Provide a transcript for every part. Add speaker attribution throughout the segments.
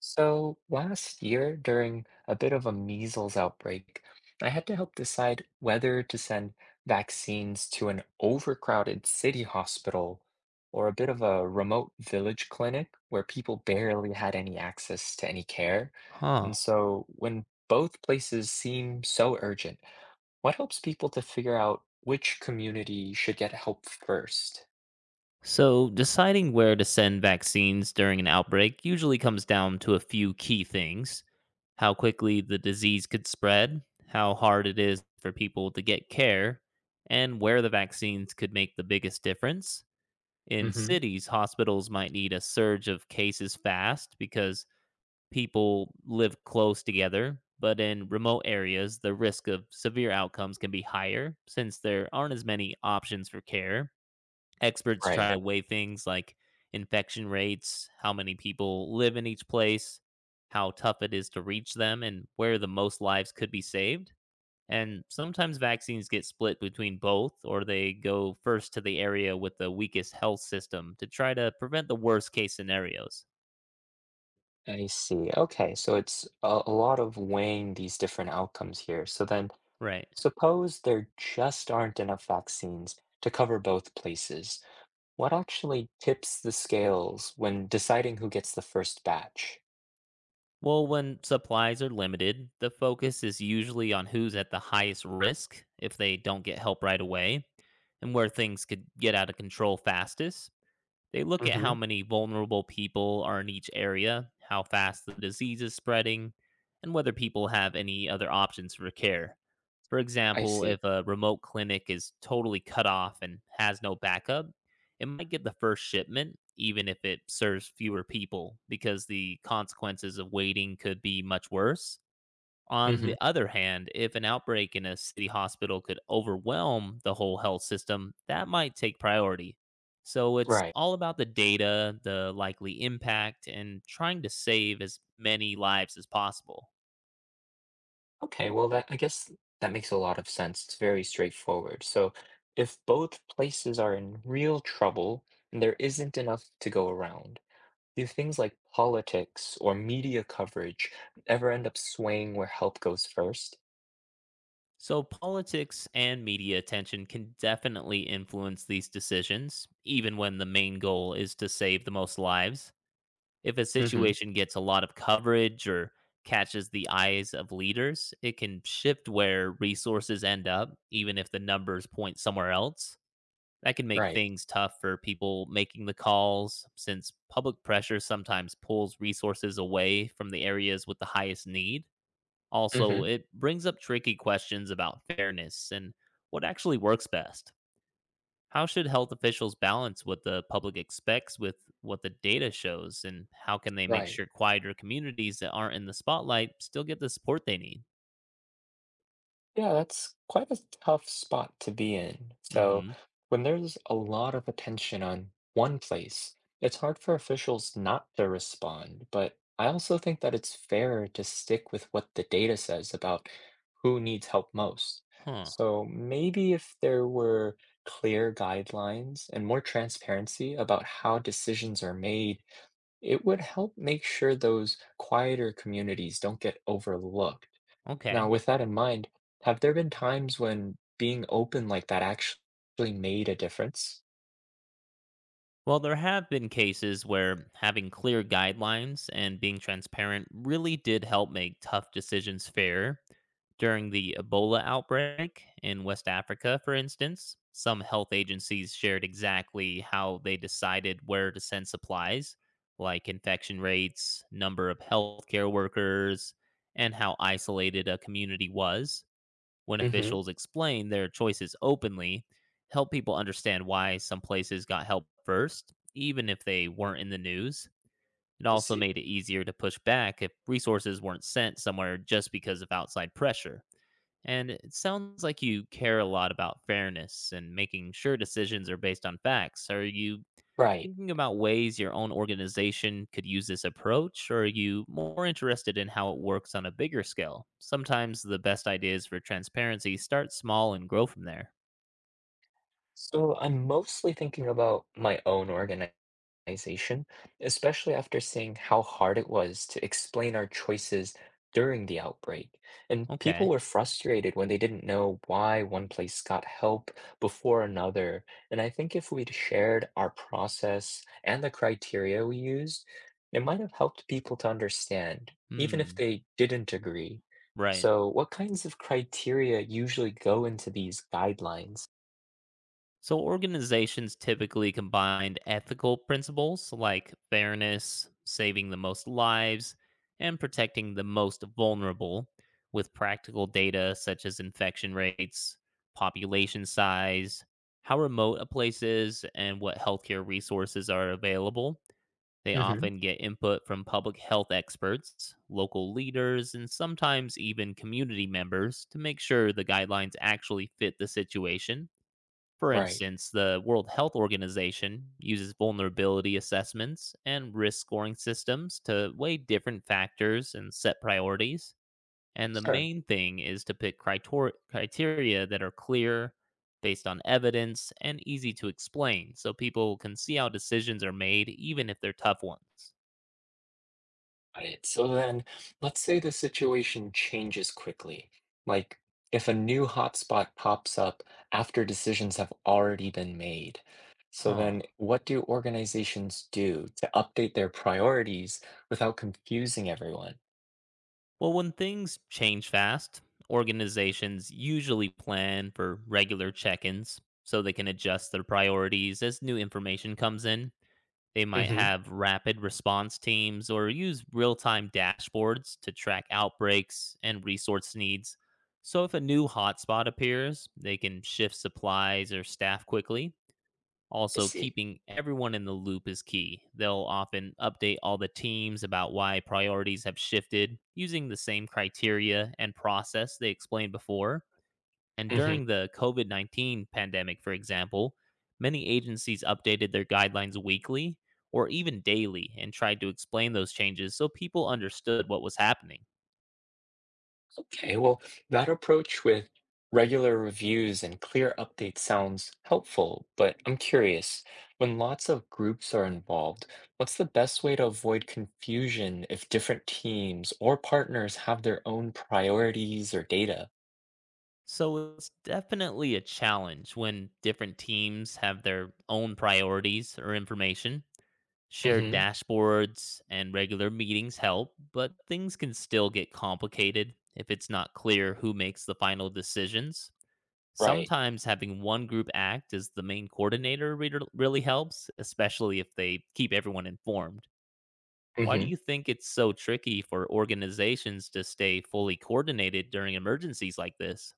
Speaker 1: So last year, during a bit of a measles outbreak, I had to help decide whether to send vaccines to an overcrowded city hospital or a bit of a remote village clinic where people barely had any access to any care.
Speaker 2: Huh.
Speaker 1: And so when both places seem so urgent, what helps people to figure out which community should get help 1st?
Speaker 2: So, deciding where to send vaccines during an outbreak usually comes down to a few key things: how quickly the disease could spread, how hard it is for people to get care, and where the vaccines could make the biggest difference. In
Speaker 1: Hmm.
Speaker 2: cities, hospitals might need a surge of cases fast because people live close together. But in remote areas, the risk of severe outcomes can be higher since there aren't as many options for care. Experts
Speaker 1: Right.
Speaker 2: try to weigh things like infection rates, how many people live in each place, how tough it is to reach them, and where the most lives could be saved. And sometimes vaccines get split between both, or they go first to the area with the weakest health system to try to prevent the worst case scenarios.
Speaker 1: I see. Okay, so it's a lot of weighing these different outcomes here. So then,
Speaker 2: Right.
Speaker 1: suppose there just aren't enough vaccines to cover both places. What actually tips the scales when deciding who gets the first batch?
Speaker 2: Well, when supplies are limited, the focus is usually on who's at the highest risk if they don't get help right away and where things could get out of control fastest. They look at
Speaker 1: Mm-hmm.
Speaker 2: how many vulnerable people are in each area, how fast the disease is spreading, and whether people have any other options for care. For
Speaker 1: I
Speaker 2: example,
Speaker 1: see.
Speaker 2: if a remote clinic is totally cut off and has no backup, it might get the first shipment, even if it serves fewer people, because the consequences of waiting could be much worse. On
Speaker 1: Mm-hmm.
Speaker 2: the other hand, if an outbreak in a city hospital could overwhelm the whole health system, that might take priority. So it's
Speaker 1: Right.
Speaker 2: all about the data, the likely impact, and trying to save as many lives as possible.
Speaker 1: Okay, well, that I guess that makes a lot of sense. It's very straightforward. So if both places are in real trouble and there isn't enough to go around, do things like politics or media coverage ever end up swaying where help goes first?
Speaker 2: So politics and media attention can definitely influence these decisions, even when the main goal is to save the most lives. If a
Speaker 1: Hmm.
Speaker 2: situation gets a lot of coverage or catches the eyes of leaders, it can shift where resources end up, even if the numbers point somewhere else. That can make
Speaker 1: Right.
Speaker 2: things tough for people making the calls, since public pressure sometimes pulls resources away from the areas with the highest need. Also,
Speaker 1: Hmm.
Speaker 2: it brings up tricky questions about fairness and what actually works best. How should health officials balance what the public expects with what the data shows? And how can they make
Speaker 1: Right.
Speaker 2: sure quieter communities that aren't in the spotlight still get the support they need?
Speaker 1: Yeah, that's quite a tough spot to be in.
Speaker 2: Mm
Speaker 1: So,
Speaker 2: hmm.
Speaker 1: when there's a lot of attention on one place, it's hard for officials not to respond. But I also think that it's fair to stick with what the data says about who needs help most.
Speaker 2: Huh.
Speaker 1: So, maybe if there were clear guidelines and more transparency about how decisions are made, it would help make sure those quieter communities don't get overlooked. Now,
Speaker 2: Okay.
Speaker 1: with that in mind, have there been times when being open like that actually made a difference?
Speaker 2: Well, there have been cases where having clear guidelines and being transparent really did help make tough decisions fair. During the Ebola outbreak in West Africa, for instance, some health agencies shared exactly how they decided where to send supplies, like infection rates, number of healthcare workers, and how isolated a community was. When
Speaker 1: Hmm.
Speaker 2: officials explain their choices openly, help people understand why some places got help first, even if they weren't in the news. It
Speaker 1: I
Speaker 2: also
Speaker 1: see.
Speaker 2: made it easier to push back if resources weren't sent somewhere just because of outside pressure. And it sounds like you care a lot about fairness and making sure decisions are based on facts. Are you
Speaker 1: Right.
Speaker 2: thinking about ways your own organization could use this approach, or are you more interested in how it works on a bigger scale? Sometimes the best ideas for transparency start small and grow from there.
Speaker 1: So I'm mostly thinking about my own organization, especially after seeing how hard it was to explain our choices during the outbreak. And people
Speaker 2: Okay.
Speaker 1: were frustrated when they didn't know why one place got help before another. And I think if we'd shared our process and the criteria we used, it might have helped people to understand, even if
Speaker 2: Hmm.
Speaker 1: they didn't agree.
Speaker 2: Right.
Speaker 1: So, what kinds of criteria usually go into these guidelines?
Speaker 2: So, organizations typically combined ethical principles like fairness, saving the most lives, and protecting the most vulnerable with practical data such as infection rates, population size, how remote a place is, and what healthcare resources are available. They
Speaker 1: Hmm.
Speaker 2: often get input from public health experts, local leaders, and sometimes even community members to make sure the guidelines actually fit the situation. For
Speaker 1: Right.
Speaker 2: instance, the World Health Organization uses vulnerability assessments and risk scoring systems to weigh different factors and set priorities. And the
Speaker 1: Sure.
Speaker 2: main thing is to pick criteria that are clear, based on evidence, and easy to explain so people can see how decisions are made, even if they're tough ones.
Speaker 1: Got it. So then, let's say the situation changes quickly. Like, if a new hotspot pops up after decisions have already been made. So
Speaker 2: Huh.
Speaker 1: then, what do organizations do to update their priorities without confusing everyone?
Speaker 2: Well, when things change fast, organizations usually plan for regular check ins so they can adjust their priorities as new information comes in. They might
Speaker 1: Hmm.
Speaker 2: have rapid response teams or use real time dashboards to track outbreaks and resource needs. So, if a new hotspot appears, they can shift supplies or staff quickly.
Speaker 1: I
Speaker 2: Also,
Speaker 1: see.
Speaker 2: keeping everyone in the loop is key. They'll often update all the teams about why priorities have shifted using the same criteria and process they explained before. And
Speaker 1: Hmm.
Speaker 2: during the COVID-19 pandemic, for example, many agencies updated their guidelines weekly or even daily and tried to explain those changes so people understood what was happening.
Speaker 1: Okay, well, that approach with regular reviews and clear updates sounds helpful, but I'm curious, when lots of groups are involved, what's the best way to avoid confusion if different teams or partners have their own priorities or data?
Speaker 2: So it's definitely a challenge when different teams have their own priorities or information. Shared
Speaker 1: Hmm.
Speaker 2: dashboards and regular meetings help, but things can still get complicated if it's not clear who makes the final decisions.
Speaker 1: Right.
Speaker 2: Sometimes having one group act as the main coordinator reader- really helps, especially if they keep everyone informed. Why do
Speaker 1: Hmm.
Speaker 2: you think it's so tricky for organizations to stay fully coordinated during emergencies like this?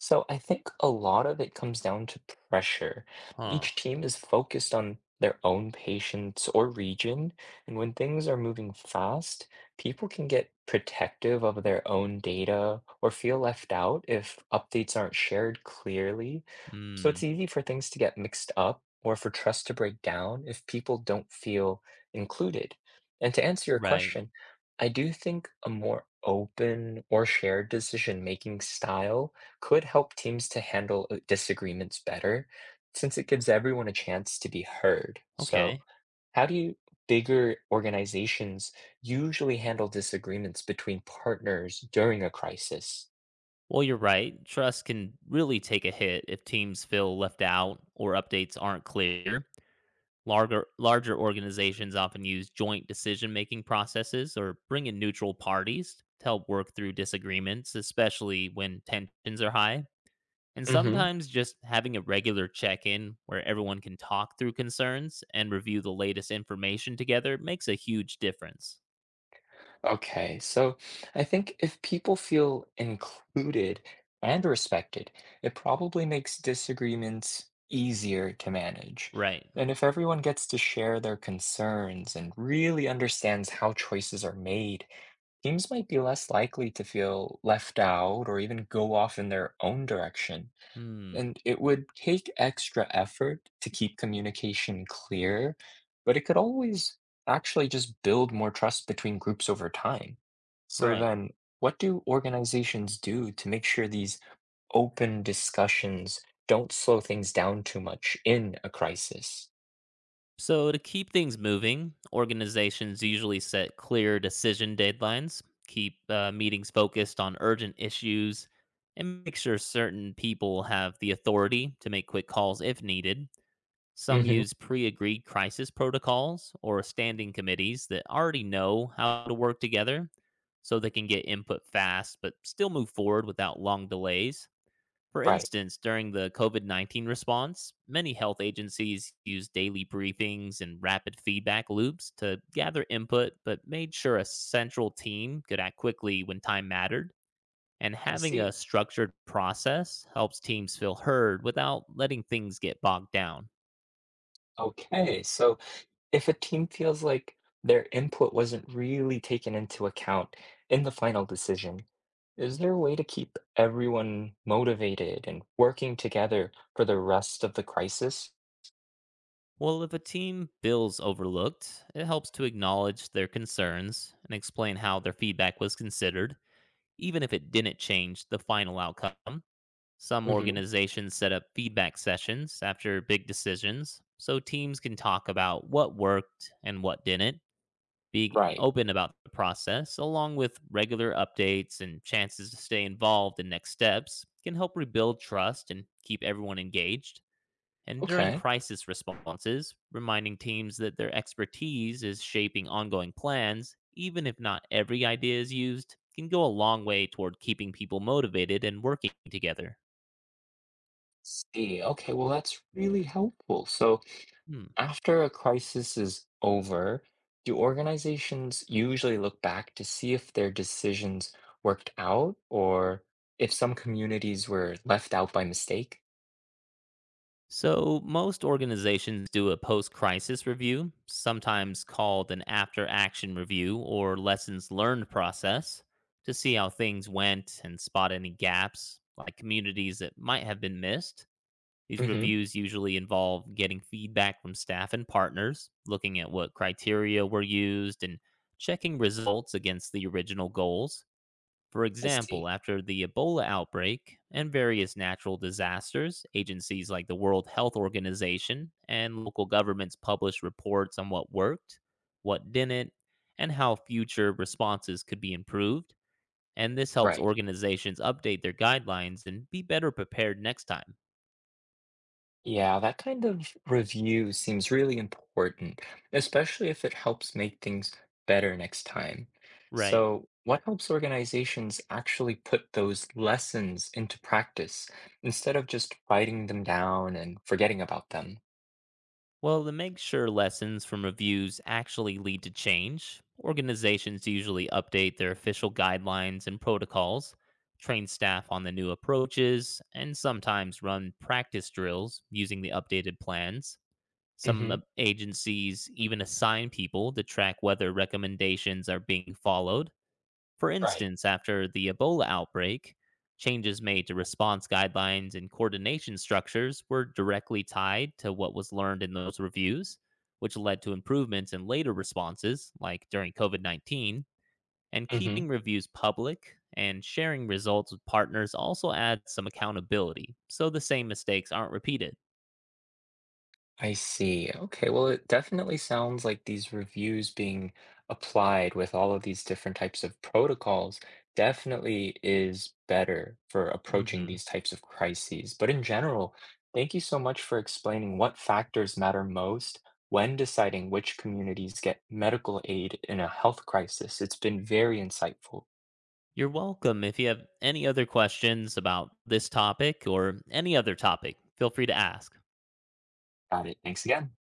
Speaker 1: So I think a lot of it comes down to pressure.
Speaker 2: Huh.
Speaker 1: Each team is focused on their own patients or region, and when things are moving fast, people can get protective of their own data or feel left out if updates aren't shared clearly. So it's
Speaker 2: Hmm.
Speaker 1: easy for things to get mixed up or for trust to break down if people don't feel included. And to answer your
Speaker 2: Right.
Speaker 1: question, I do think a more open or shared decision making style could help teams to handle disagreements better since it gives everyone a chance to be heard. So,
Speaker 2: Okay.
Speaker 1: how do you, bigger organizations usually handle disagreements between partners during a crisis?
Speaker 2: Well, you're right. Trust can really take a hit if teams feel left out or updates aren't clear. Larger organizations often use joint decision making processes or bring in neutral parties to help work through disagreements, especially when tensions are high. And
Speaker 1: Hmm.
Speaker 2: sometimes just having a regular check in where everyone can talk through concerns and review the latest information together makes a huge difference.
Speaker 1: Okay, so I think if people feel included and respected, it probably makes disagreements easier to manage.
Speaker 2: Right.
Speaker 1: And if everyone gets to share their concerns and really understands how choices are made, teams might be less likely to feel left out or even go off in their own direction.
Speaker 2: Hmm.
Speaker 1: And it would take extra effort to keep communication clear, but it could always actually just build more trust between groups over time. So
Speaker 2: Right.
Speaker 1: then, what do organizations do to make sure these open discussions don't slow things down too much in a crisis?
Speaker 2: So, to keep things moving, organizations usually set clear decision deadlines, keep meetings focused on urgent issues, and make sure certain people have the authority to make quick calls if needed. Some
Speaker 1: Hmm.
Speaker 2: use pre agreed crisis protocols or standing committees that already know how to work together so they can get input fast but still move forward without long delays. For
Speaker 1: Right.
Speaker 2: instance, during the COVID-19 response, many health agencies used daily briefings and rapid feedback loops to gather input, but made sure a central team could act quickly when time mattered. And
Speaker 1: I
Speaker 2: having a
Speaker 1: see.
Speaker 2: structured process helps teams feel heard without letting things get bogged down.
Speaker 1: Okay, so if a team feels like their input wasn't really taken into account in the final decision, is there a way to keep everyone motivated and working together for the rest of the crisis?
Speaker 2: Well, if a team feels overlooked, it helps to acknowledge their concerns and explain how their feedback was considered, even if it didn't change the final outcome. Some
Speaker 1: Hmm.
Speaker 2: organizations set up feedback sessions after big decisions so teams can talk about what worked and what didn't. Be
Speaker 1: Right.
Speaker 2: open about the process, along with regular updates and chances to stay involved in next steps can help rebuild trust and keep everyone engaged. And during
Speaker 1: Okay.
Speaker 2: crisis responses, reminding teams that their expertise is shaping ongoing plans, even if not every idea is used, can go a long way toward keeping people motivated and working together.
Speaker 1: See. Okay, well, that's really helpful. So,
Speaker 2: Hmm.
Speaker 1: after a crisis is over, do organizations usually look back to see if their decisions worked out or if some communities were left out by mistake?
Speaker 2: So, most organizations do a post crisis review, sometimes called an after action review or lessons learned process, to see how things went and spot any gaps, like communities that might have been missed. These
Speaker 1: Hmm.
Speaker 2: reviews usually involve getting feedback from staff and partners, looking at what criteria were used, and checking results against the original goals. For
Speaker 1: I see.
Speaker 2: example, after the Ebola outbreak and various natural disasters, agencies like the World Health Organization and local governments published reports on what worked, what didn't, and how future responses could be improved. And this helps
Speaker 1: Right.
Speaker 2: organizations update their guidelines and be better prepared next time.
Speaker 1: Yeah, that kind of review seems really important, especially if it helps make things better next time.
Speaker 2: Right.
Speaker 1: So, what helps organizations actually put those lessons into practice instead of just writing them down and forgetting about them?
Speaker 2: Well, to make sure lessons from reviews actually lead to change, organizations usually update their official guidelines and protocols, train staff on the new approaches, and sometimes run practice drills using the updated plans. Some
Speaker 1: Hmm.
Speaker 2: agencies even assign people to track whether recommendations are being followed. For
Speaker 1: Right.
Speaker 2: instance, after the Ebola outbreak, changes made to response guidelines and coordination structures were directly tied to what was learned in those reviews, which led to improvements in later responses, like during COVID-19. And
Speaker 1: Hmm.
Speaker 2: keeping reviews public and sharing results with partners also adds some accountability, so the same mistakes aren't repeated.
Speaker 1: I see. Okay, well, it definitely sounds like these reviews being applied with all of these different types of protocols definitely is better for approaching
Speaker 2: Hmm.
Speaker 1: these types of crises. But in general, thank you so much for explaining what factors matter most when deciding which communities get medical aid in a health crisis. It's been very insightful.
Speaker 2: You're welcome. If you have any other questions about this topic or any other topic, feel free to ask.
Speaker 1: Got it. Thanks again.